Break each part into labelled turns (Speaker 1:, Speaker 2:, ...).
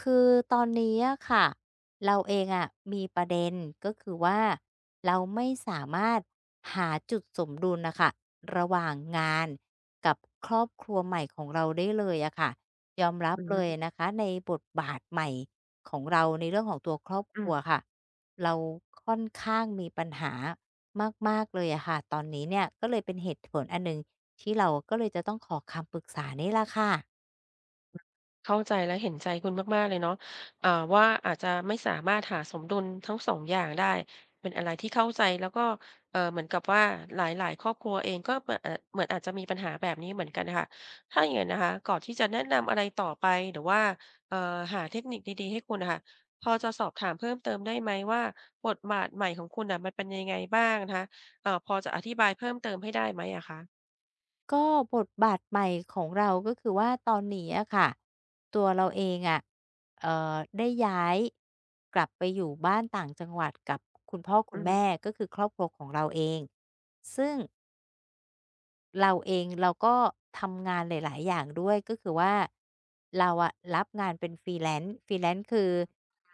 Speaker 1: คือตอนนี้อะค่ะเราเองอะมีประเด็นก็คือว่าเราไม่สามารถหาจุดสมดุลน่ะค่ะระหว่างงานกับครอบครัวใหม่ของเราได้เลยอะค่ะยอมรั
Speaker 2: อื
Speaker 1: บเลย
Speaker 2: ม
Speaker 1: นะคะในบทบาทใหม่ของเราในเรื่องของตัวครอบค
Speaker 2: อื
Speaker 1: รั
Speaker 2: ม
Speaker 1: วค่ะเราค่อนข้างมีปัญหามากๆเลยอะค่ะตอนนี้เนี่ยก็เลยเป็นเหตุผลอันหนึ่งที่เราก็เลยจะต้องขอคำปรึกษานี่ล่ะค่ะ
Speaker 2: เข้าใจและเห็นใจคุณมากๆเลยเนาะอ่าว่าอาจจะไม่สามารถหาสมดุลทั้งสองอย่างได้เป็นอะไรที่เข้าใจแล้วก็เหมือนกับว่าหลายๆครอบครัวเองก็เหมือนเหมือนอาจจะมีปัญหาแบบนี้เหมือนกันค่ะถ้าอย่างงั้นนะคะก่อนที่จะแนะนำอะไรต่อไปหรือว่าเอ่อหาเทคนิคดีๆให้คุณน่ะค่ะพอจะสอบถามเพิ่มเติมได้ไหมว่าบทบาทใหม่ของคุณน่ะมันเป็นยังไงบ้างนะคะพอจะอธิบายเพิ่มเติมให้ได้ไหมอะคะ
Speaker 1: ก็บทบาทใหม่ของเราก็คือว่าตอนนี้อะค่ะตัวเราเองอะได้ย้ายกลับไปอยู่บ้านต่างจังหวัดกับคุณพ่อคุ
Speaker 2: อื
Speaker 1: ณ
Speaker 2: อฮึ
Speaker 1: แม่ก็คือครอบครัวของเราเองซึ่ง เราเองเราก็ทำงานหลายๆอย่างด้วยก็คือว่าเราอะรับงานเป็น Freelance Freelance คือ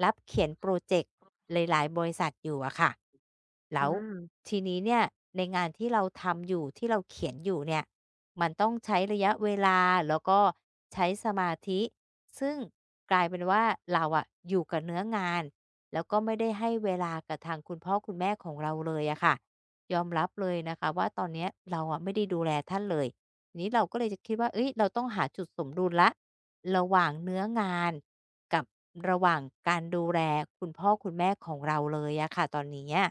Speaker 1: รับเขียนพรอเจกต์หลายๆบริษัทอยู่อะค่ะ
Speaker 2: อื
Speaker 1: แล้ว
Speaker 2: ม
Speaker 1: ทีนี้เนี่ยในงานที่เราทำอยู่ที่เราเขียนอยู่เนี่ยมันต้องใช้ระยะเวลาแล้วก็ใช้สมาธิซึ่งกลายเป็นว่าเราอะอยู่กับเนื้องานแล้วก็ไม่ได้ให้เวลากับทางคุณพ่อคุณแม่ของเราเลยอะค่ะ ยอมรับเลยนะคะว่าตอนเนี้ยเราอะไม่ได้ดูแลท่านเลยทีนี้เราก็เลยจะคิดว่าเอ้ยเราต้องหาจุดสมดุลแล้วระหว่างเนื้องานกับระหว่างการดูแลคุณพ่อคุณแม่ของเราเลยอะค่ะตอนเนี้ย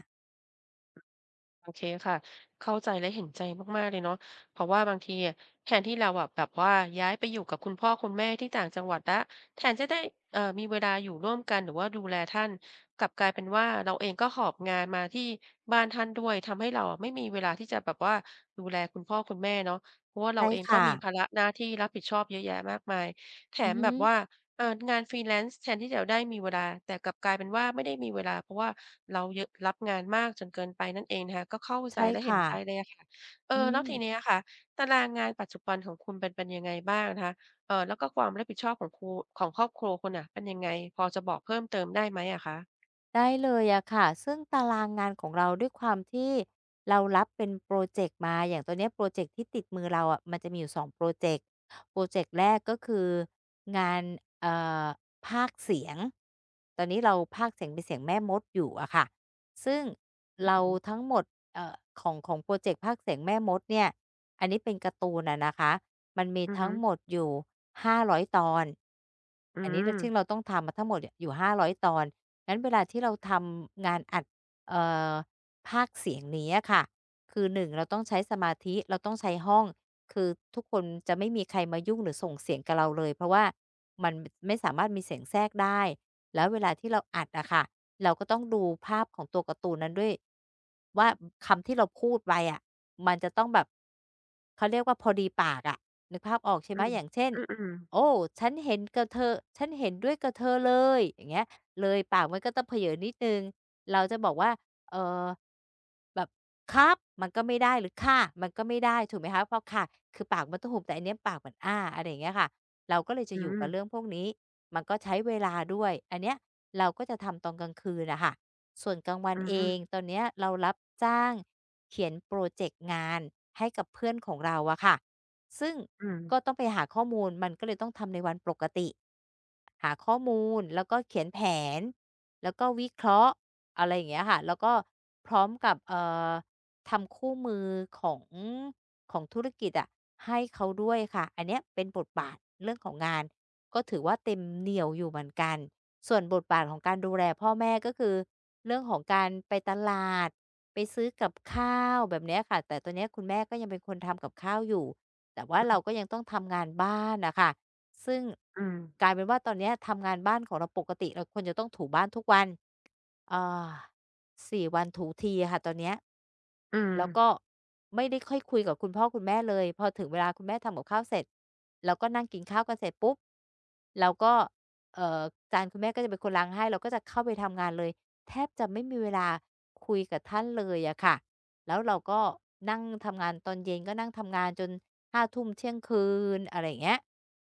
Speaker 2: โอเคค่ะเข้าใจและเห็นใจมากๆเลยเนาะเพราะว่าบางทีอะแทนที่เราอะแบบว่าย้ายไปอยู่กับคุณพ่อคุณแม่ที่ต่างจังหวัดแล้วแทนจะได้มีเวลาอยู่ร่วมกันหรือว่าดูแลท่านกลับกลายเป็นว่าเราเองก็หอบงานมาที่บ้านท่านด้วยทำให้เราอะไม่มีเวลาที่จะแบบว่าดูแลคุณพ่อคุณแม่เนาะเพราะว่าเรา
Speaker 1: ใช่
Speaker 2: เองก็
Speaker 1: ค่ะ
Speaker 2: มีภาระหน้าที่รับผิดชอบเยอะแยะมากมายแถ
Speaker 1: อื
Speaker 2: ม
Speaker 1: อฮึ
Speaker 2: แบบว่า งาน freelance แทนที่จะได้มีเวลาแต่กลับกลายเป็นว่าไม่ได้มีเวลาเพราะว่าเราเยอะรับงานมากจนเกินไปนั่นเองนะคะก็เข้าใจ
Speaker 1: ใช่
Speaker 2: และเห็น
Speaker 1: ค่ะ
Speaker 2: ใจเลยอะค่ะ
Speaker 1: อื
Speaker 2: แล้ว
Speaker 1: ม
Speaker 2: ทีเนี้ยค่ะตารางงานปัจจุบันของคุณเป็นยังไงบ้างนะคะแล้วก็ความรับผิดชอบของของครอบครัวคุณน่ะเป็นยังไงพอจะบอกเพิ่มเติมได้ไหมอะคะ
Speaker 1: ได้เลยอะค่ะซึ่งตารางงานของเราด้วยความที่เรารับเป็นโปรเจกต์มาอย่างตัวเนี้ยโปรเจกต์ที่ติดมือเราอะมันจะมีอยู่สองโปรเจกต์โปรเจกต์แรกก็คืองานเอ่อพากย์เสียงตอนนี้เราพากย์เสียงเป็นเสียงแม่มดอยู่อะค่ะซึ่ง
Speaker 2: อือ
Speaker 1: เรา
Speaker 2: ฮึ
Speaker 1: ทั้งหมดเอ่อของโพรเจกต์พากย์เสียงแม่มดเนี่ยอันนี้เป็นการ์ตูนอะนะคะมันมี
Speaker 2: อืม
Speaker 1: ทั้งหมดอยู่500 ตอน
Speaker 2: อื
Speaker 1: อันนี้ร
Speaker 2: ม
Speaker 1: ซึ่งเราต้องทำมาทั้งหมดเนี่ยอยู่50 ตอน งั้นเวลาที่เราทำงานอัดเอ่อพากเสียงนี้อะค่ะคือหนึ่งเราต้องใช้สมาธิเราต้องใช้ห้องคือทุกคนจะไม่มีใครมายุ่งหรือส่งเสียงกับเราเลยเพราะว่ามันไม่สามารถมีเสียงแทรกได้แล้วเวลาที่เราอัดอะค่ะเราก็ต้องดูภาพของตัวการ์ตูนนั้นด้วยว่าคำที่เราพูดไปอะมันจะต้องแบบเขาเรียกว่าพอดีปากอะนึกภาพออกใช่
Speaker 2: อื
Speaker 1: ไหม
Speaker 2: อ
Speaker 1: อย่างเช่น
Speaker 2: อืม
Speaker 1: โอ้ฉันเห็นกับเธอฉันเห็นด้วยกับเธอเลยอย่างเงี้ย เลยปากมันก็ต้องเผยอนิดหนึ่งเราจะบอกว่าเออแบบครับมันก็ไม่ได้หรือค่ะมันก็ไม่ได้ถูกไหมคะเพราะค่ะคือปากมันต้องหุบแต่อันเนี้ยปากมันอ้าอะไรอย่างเงี้ยค่ะเราก็เลย
Speaker 2: อื
Speaker 1: จะอยู่กับเรื่อง
Speaker 2: ม
Speaker 1: พวกนี้มันก็ใช้เวลาด้วยอันเนี้ยเราก็จะทำตอนกลางคืนน่ะค่ะส่วนกลางวัน
Speaker 2: อื
Speaker 1: เอ
Speaker 2: ม
Speaker 1: งตอนเนี้ยเรารับจ้างเขียนโปรเจกต์งานให้กับเพื่อนของเราอะค่ะซึ่ง
Speaker 2: อืม
Speaker 1: ก็ต้องไปหาข้อมูลมันก็เลยต้องทำในวันปกติ หาข้อมูลแล้วก็เขียนแผนแล้วก็วิเคราะห์อะไรอย่างเงี้ยค่ะแล้วก็พร้อมกับอทำคู่มือของของธุรกิจอะให้เขาด้วยค่ะอันเนี้ยเป็นบทบาทเรื่องของงานก็ถือว่าเต็มเหนี่ยวอยู่เหมือนกันส่วนบทบาทของการดูแลพ่อแม่ก็คือเรื่องของการไปตลาดไปซื้อกับข้าวแบบเนี้ยค่ะแต่ตอนเนี้ยคุณแม่ก็ยังเป็นคนทำกับข้าวอยู่แต่ว่าเราก็ยังต้องทำงานบ้านน่ะค่ะ ซึ่ง
Speaker 2: อืม
Speaker 1: กลายเป็นว่าตอนเนี้ยทำงานบ้านของเราปกติเราควรจะต้องถูบ้านทุกวันเอ่อ4วันถูทีอะค่ะตอนเนี้ย
Speaker 2: อืม
Speaker 1: แล้วก็ไม่ได้ค่อยคุยกับคุณพ่อคุณแม่เลยพอถึงเวลาคุณแม่ทำกับข้าวเสร็จเราก็นั่งกินข้าวกันเสร็จปุ๊บเราก็เอ่อจานคุณแม่ก็จะเป็นคนล้างให้เราก็จะเข้าไปทำงานเลยแทบจะไม่มีเวลาคุยกับท่านเลยอะค่ะแล้วเราก็นั่งทำงานตอนเย็นก็นั่งทำงานจนห้าทุ่มเที่ยงคืนอะไรอย่างเงี้ย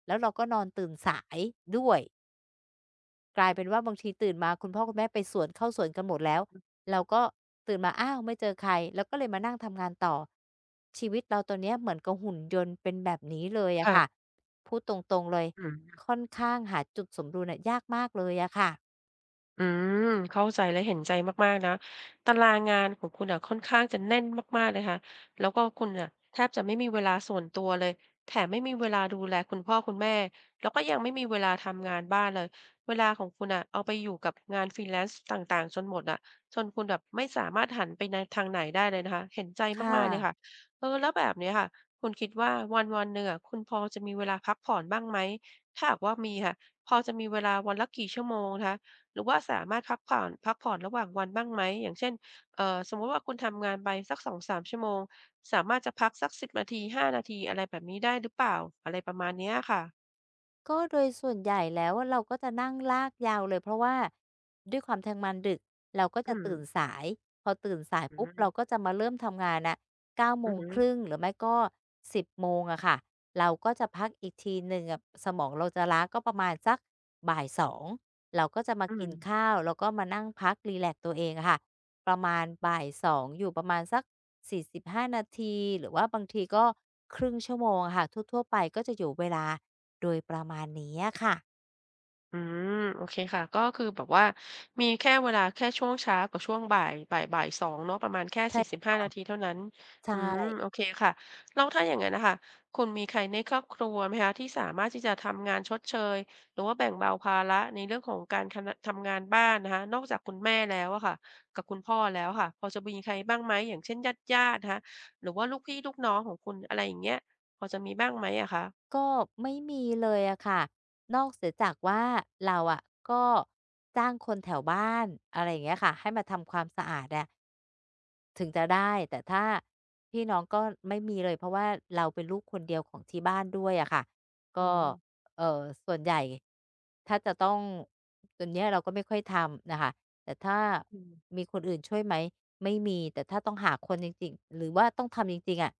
Speaker 1: แล้วเราก็นอนตื่นสายด้วยกลายเป็นว่าบางทีตื่นมาคุณพ่อคุณแม่ไปสวนเข้าสวนกันหมดแล้วเราก็ตื่นมาอ้าวไม่เจอใครเราก็เลยมานั่งทำงานต่อชีวิตเราตอนเนี้ยเหมือนกับหุ่นยนต์เป็นแบบนี้เลยอะค่ะ
Speaker 2: ค่ะ
Speaker 1: พูดตรงๆเลย
Speaker 2: อืม
Speaker 1: ค่อนข้างหาจุดสมดุลอะยากมากเลยอะค่ะ
Speaker 2: อืมเข้าใจและเห็นใจมากๆนะตารางงานของคุณอ่ะค่อนข้างจะแน่นมากๆเลยค่ะแล้วก็คุณน่ะแทบจะไม่มีเวลาส่วนตัวเลยแถมไม่มีเวลาดูแลคุณพ่อคุณแม่แล้วก็ยังไม่มีเวลาทำงานบ้านเลยเวลาของคุณอ่ะเอาไปอยู่กับงานฟรีแล a ซ์ e ต่างๆจนหมดอะจนคุณแบบไม่สามารถหันไปในทางไหนได้เลยนะคะเห็นใจ
Speaker 1: ค
Speaker 2: มากๆเลยค่ะ
Speaker 1: ่ะ
Speaker 2: เออแล้วแบบเนี้ยค่ะคุณคิดว่าวันๆหนึ่งอะคุณพอจะมีเวลาพักผ่อนบ้างไหมถ้าหากว่ามีค่ะพอจะมีเวลาวันละกี่ชั่วโมงนะคะ หรือว่าสามารถพักผ่อนระหว่างวันบ้างไหมอย่างเช่นสมมุติว่าคุณทำงานไปสัก2-3ชั่วโมงสามารถจะพักสัก10นาที5นาทีอะไรแบบนี้ได้หรือเปล่าอะไรประมาณเนี้ยค่ะ
Speaker 1: ก็โดยส่วนใหญ่แล้วอะเราก็จะนั่งลากยาวเลยเพราะว่าด้วยความทำงานดึกเราก็
Speaker 2: อื
Speaker 1: จะ
Speaker 2: ม
Speaker 1: ตื่นสายพอตื่นสาย
Speaker 2: อื
Speaker 1: ปุ๊บเราก็
Speaker 2: ม
Speaker 1: จะมาเริ่มทำงานน่ะเก้าโม
Speaker 2: อือ
Speaker 1: ง
Speaker 2: ฮึ
Speaker 1: ครึ่งหรือไม่ก็สิบโมงอะค่ะเราก็จะพักอีกทีหนึ่งอะสมองเราจะล้าก็ประมาณสักบ่ายสองเราก็จะมา
Speaker 2: อื
Speaker 1: กิน
Speaker 2: ม
Speaker 1: ข้าวแล้วก็มานั่งพักรีแลกซ์ตัวเองอะค่ะประมาณบ่ายสองอยู่ประมาณสัก45นาทีหรือว่าบางทีก็ครึ่งชั่วโมงอะค่ะทั่วๆไปก็จะอยู่เวลา โดยประมาณนี้อะค่ะ
Speaker 2: อืมโอเคค่ะก็คือแบบว่ามีแค่เวลาแค่ช่วงเช้ากับช่วงบ่ายสองเนาะประมาณแค่สี่สิบ
Speaker 1: ใช่
Speaker 2: ห้านาทีเท่านั้น
Speaker 1: ใช่
Speaker 2: อืมโอเคค่ะแล้วถ้าอย่างงั้นนะคะคุณมีใครในครอบครัวไหมคะที่สามารถที่จะทำงานชดเชยหรือว่าแบ่งเบาภาระในเรื่องของการทำงานบ้านนะคะนอกจากคุณแม่แล้วอะค่ะกับคุณพ่อแล้วค่ะพอจะมีใครบ้างไหมอย่างเช่นญาติๆนะคะหรือว่าลูกพี่ลูกน้องของคุณอะไรอย่างเงี้ยพอจะมีบ้างไหมอะคะ
Speaker 1: ก็ไม่มีเลยอะค่ะ นอกเสียจากว่าเราอะก็จ้างคนแถวบ้านอะไรอย่างเงี้ยค่ะให้มาทำความสะอาดอะ ถึงจะได้แต่ถ้าพี่น้องก็ไม่มีเลยเพราะว่าเราเป็นลูกคนเดียวของที่บ้านด้วยอะค่ะก็ส่วนใหญ่ถ้าจะต้องตัวเนี้ยเราก็ไม่ค่อยทำน่ะค่ะแต่ถ้า
Speaker 2: อืม
Speaker 1: มีคนอื่นช่วยไหมไม่มีแต่ถ้าต้องหาคนจริงๆหรือว่าต้องทำจริงๆอะ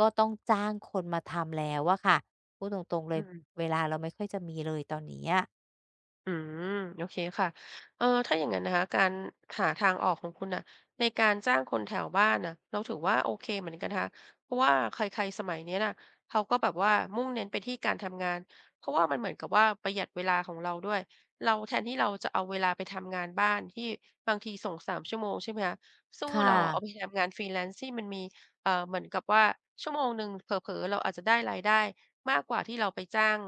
Speaker 1: ก็ต้องจ้างคนมาทำแล้วอะค่ะพูดตรงๆเล
Speaker 2: อื
Speaker 1: ย
Speaker 2: ม
Speaker 1: เวลาเราไม่ค่อยจะมีเลยตอนนี้อะ
Speaker 2: อืมโอเคค่ะเออถ้าอย่างงั้นนะคะการหาทางออกของคุณน่ะในการจ้างคนแถวบ้านน่ะเราถือว่าโอเคเหมือนกันนะคะเพราะว่าใครๆสมัยเนี้ยน่ะเขาก็แบบว่ามุ่งเน้นไปที่การทำงานเพราะว่ามันเหมือนกับว่าประหยัดเวลาของเราด้วยเราแทนที่เราจะเอาเวลาไปทำงานบ้านที่บางทีส่ง3ชั่วโมงใช่ไหมคะสู้
Speaker 1: ค
Speaker 2: เราะเอาไป
Speaker 1: ่ะ
Speaker 2: ทำงานฟรีแลนซ์ที่มันมีเหมือนกับว่าชั่วโมงหนึ่งเผลอๆเราอาจจะได้รายได้มากกว่าที่เราไปจ้าง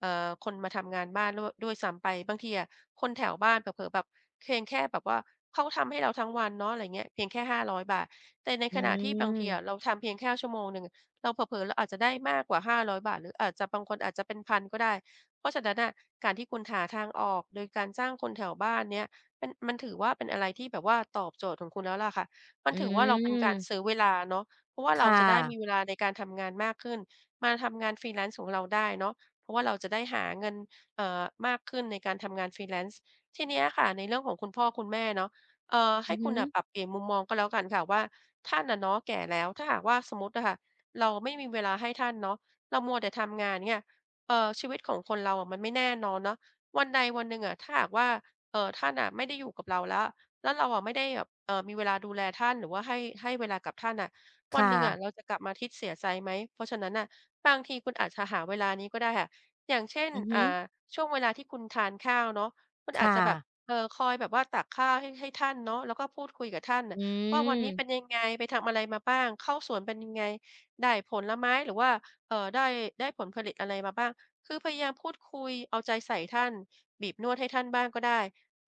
Speaker 2: คนมาทำงานบ้านด้วยซ้ำไปบางทีอะคนแถวบ้านเผลอๆแบบเพียงแค่แบบว่าเขาทำให้เราทั้งวันเนาะอะไรเงี้ยเพียงแค่500บาทแต่ใน
Speaker 1: อื
Speaker 2: ขณะที่บางทีอะ
Speaker 1: ม
Speaker 2: เราทำเพียงแค่ชั่วโมงหนึ่งเราเผลอๆเราอาจจะได้มากกว่า500 บาทหรืออาจจะบางคนอาจจะเป็นพันก็ได้เพราะฉะนั้นน่ะการที่คุณหาทางออกโดยการจ้างคนแถวบ้านเนี่ยมันถือว่าเป็นอะไรที่แบบว่าตอบโจทย์ของคุณแล้วล่ะค่ะมัน
Speaker 1: อื
Speaker 2: ถือว่าเราเป็นการซื้อ
Speaker 1: ม
Speaker 2: เวลาเนาะเพราะว่าเรา
Speaker 1: ค่
Speaker 2: จะได้มีเว
Speaker 1: ะ
Speaker 2: ลาในการทำงานมากขึ้นมาทำงาน Freelance ของเราได้เนาะ เพราะว่าเราจะได้หาเงินมากขึ้นในการทำงาน Freelance ทีเนี้ยค่ะ ในเรื่องของคุณพ่อคุณแม่เนาะ
Speaker 1: อื
Speaker 2: ให้
Speaker 1: อ
Speaker 2: คุ
Speaker 1: ฮึ
Speaker 2: ณน่ะปรับเปลี่ยนมุมมองก็แล้วกันค่ะว่าท่านอะเนาะแก่แล้วถ้าหากว่าสมมุติอะค่ะเราไม่มีเวลาให้ท่านเนาะเรามัวแต่ทำงานเนี่ยชีวิตของคนเราอะมันไม่แน่นอนเนาะวันใดวันหนึ่งอะถ้าหากว่าท่านอ่ะไม่ได้อยู่กับเราแล้วแล้วเราอะไม่ได้แบบมีเวลาดูแลท่านหรือว่าให้เวลากับท่านอ่ะวันห
Speaker 1: ค่ะ
Speaker 2: นึ่งอะเราจะกลับมาทิดเสียใจไหมเพราะฉะนั้นอ่ะบางทีคุณอาจจะหาเวลานี้ก็ได้ค่ะ อย่างเช่น
Speaker 1: อือฮึ
Speaker 2: ช่วงเวลาที่คุณทานข้าวเนาะคุณอาจ
Speaker 1: ค่ะ
Speaker 2: จะแบบคอยแบบว่าตักข้าวให้ท่านเนาะแล้วก็พูดคุยกับท่านน่ะ
Speaker 1: อื
Speaker 2: ว่าวันนี้เป็น
Speaker 1: ม
Speaker 2: ยังไง ไปทำอะไรมาบ้าง เข้าสวนเป็นยังไง ได้ผลไม้หรือว่าเอ่อได้ได้ผลผลิตอะไรมาบ้างคือพยายามพูดคุย เอาใจใส่ท่าน บีบนวดให้ท่านบ้างก็ได้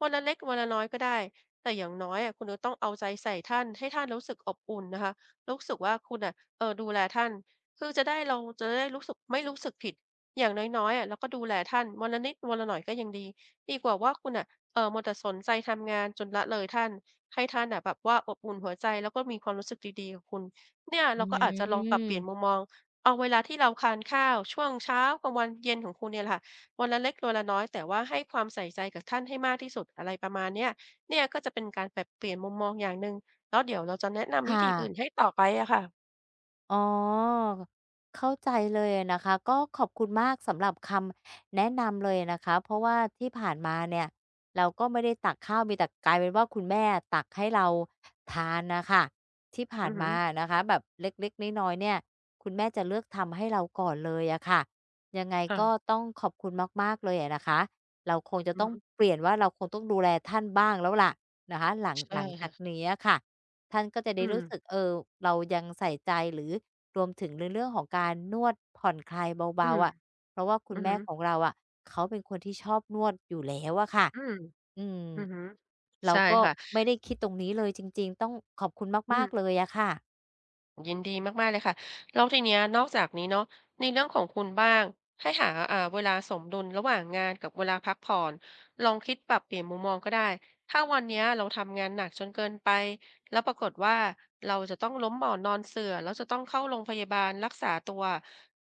Speaker 2: วันละเล็กวันละน้อยก็ได้แต่อย่างน้อยอะคุณจะต้องเอาใจใส่ท่านให้ท่านรู้สึกอบอุ่นนะคะรู้สึกว่าคุณน่ะดูแลท่านคือจะได้เราจะได้รู้สึกไม่รู้สึกผิด อย่างน้อยๆอะเราก็ดูแลท่านวันละนิดวันละหน่อยก็ยังดีดีกว่าว่าคุณน่ะเออมัวแต่สนใจทำงานจนละเลยท่านให้ท่านอ่ะแบบว่าอบอุ่นหัวใจแล้วก็มีความรู้สึกดีๆกับคุณเนี่ย
Speaker 1: อื
Speaker 2: เราก็อาจจะลองปรับเปลี่ยนมุม
Speaker 1: ม
Speaker 2: มองเอาเวลาที่เราทานข้าวช่วงเช้ากลางวันเย็นของคุณเนี่ยแหละค่ะวันละเล็กวันละน้อยแต่ว่าให้ความใส่ใจกับท่านให้มากที่สุดอะไรประมาณเนี้ยเนี่ยก็จะเป็นการปรับเปลี่ยนมุมมองอย่างหนึ่งแล้วเดี๋ยวเราจะแนะนำวิ
Speaker 1: ค่ะ
Speaker 2: ธีอื่นให้ต่อไปอะค่ะ
Speaker 1: อ๋อเข้าใจเลยนะคะก็ขอบคุณมากสำหรับคำแนะนำเลยนะคะเพราะว่าที่ผ่านมาเนี่ยเราก็ไม่ได้ตักข้าวมีแต่กลายเป็นว่าคุณแม่ตักให้เราทานนะคะที่ผ่า
Speaker 2: อื
Speaker 1: น
Speaker 2: อฮึอ
Speaker 1: มานะคะแบบเล็กๆน้อยๆเนี่ยคุณแม่จะเลือกทำให้เราก่อนเลยอะค่ะยังไงก็
Speaker 2: อ่า
Speaker 1: ต้องขอบคุณมากๆเลยอะนะคะเราคงจะ
Speaker 2: อือ
Speaker 1: ต้อง
Speaker 2: หือ
Speaker 1: เปลี่ยนว่าเราคงต้องดูแลท่านบ้างแล้วล่ะนะคะหลัง
Speaker 2: ใช่
Speaker 1: หลังจา
Speaker 2: ค่ะ
Speaker 1: กนี้อะค่ะ ท่านก็จะ
Speaker 2: อื
Speaker 1: ได้รู้สึก
Speaker 2: ม
Speaker 1: เออเรายังใส่ใจหรือรวมถึงในเรื่องของการนวดผ่อนคลาย
Speaker 2: อื
Speaker 1: เบา
Speaker 2: ม
Speaker 1: ๆอะเพราะว่าคุ
Speaker 2: อื
Speaker 1: ณ
Speaker 2: อึ
Speaker 1: แม่ของเราอะเขาเป็นคนที่ชอบนวดอยู่แล้วอะค่ะ
Speaker 2: อืม
Speaker 1: อืม
Speaker 2: อือฮึ
Speaker 1: เรา
Speaker 2: ใช่
Speaker 1: ก็
Speaker 2: ค่ะ
Speaker 1: ไม่ได้คิดตรงนี้เลยจริงๆต้องขอบคุณ
Speaker 2: อื
Speaker 1: มา
Speaker 2: ม
Speaker 1: กๆเลยอะค่ะ
Speaker 2: ยินดีมากๆเลยค่ะแล้วทีเนี้ยนอกจากนี้เนาะในเรื่องของคุณบ้างให้หาเวลาสมดุลระหว่างงานกับเวลาพักผ่อนลองคิดปรับเปลี่ยนมุมมองก็ได้ถ้าวันเนี้ยเราทำงานหนักจนเกินไปแล้วปรากฏว่าเราจะต้องล้มหมอนนอนเสื่อแล้วจะต้องเข้าโรงพยาบาลรักษาตัว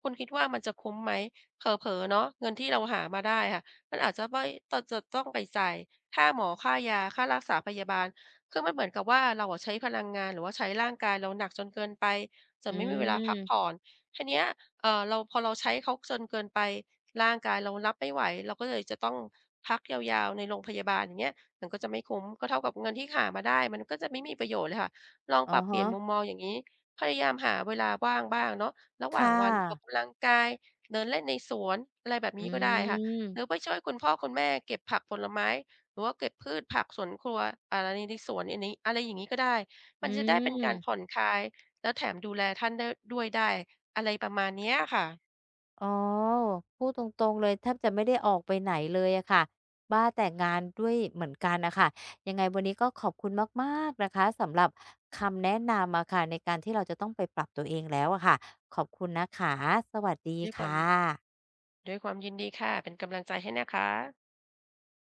Speaker 2: คุณคิดว่ามันจะคุ้มไหมเผลอๆเนาะเงินที่เราหามาได้อะมันอาจจะไม่ตจะต้องไปจ่ายค่าหมอค่ายาค่ารักษาพยาบาล คือมันเหมือนกับว่าเราอะใช้พลังงานหรือว่าใช้ร่างกายเราหนักจนเกินไปจน
Speaker 1: อื
Speaker 2: ไม่มีเวลาพักผ่อ
Speaker 1: ม
Speaker 2: นทีเนี้ยเราพอเราใช้เขาจนเกินไปร่างกายเรารับไม่ไหวเราก็เลยจะต้องพักยาวๆในโรงพยาบาลอย่างเงี้ยมันก็จะไม่คุ้มก็เท่ากับเงินที่หามาได้มันก็จะไม่มีประโยชน์เลยค่ะลองป
Speaker 1: อะ
Speaker 2: รับเปลี่ย
Speaker 1: ฮะ
Speaker 2: นมุมมองอย่างงี้พยายามหาเวลาว่างบ้างเนาะระหว่าง
Speaker 1: ค่ะ
Speaker 2: วันออกกำลังกายเดินเล่นในสวนอะไรแบบ
Speaker 1: อื
Speaker 2: นี้ก็ได้ค่ะหรือ
Speaker 1: ม
Speaker 2: ไปช่วยคุณพ่อคุณแม่เก็บผักผลไม้ หรือว่าเก็บพืชผักสวนครัวอ่าในสวนอันนี้อะไรอย่างงี้ก็ได้ มั
Speaker 1: อื
Speaker 2: นจะได้เป็นการผ่อน
Speaker 1: ม
Speaker 2: คลายแล้วแถมดูแลท่านได้ด้วยได้อะไรประมาณเนี้ยค่ะ
Speaker 1: อ๋อพูดตรงๆเลยแทบจะไม่ได้ออกไปไหนเลยอะค่ะบ้าแต่งานด้วยเหมือนกันนะค่ะยังไงวันนี้ก็ขอบคุณมากๆนะคะสำหรับคำแนะนำอะค่ะในการที่เราจะต้องไปปรับตัวเองแล้วอะค่ะขอบคุณนะคะสวัสดี
Speaker 2: ด้วยความ
Speaker 1: ค่ะ
Speaker 2: ด้วยความยินดีค่ะเป็นกำลังใจให้นะคะ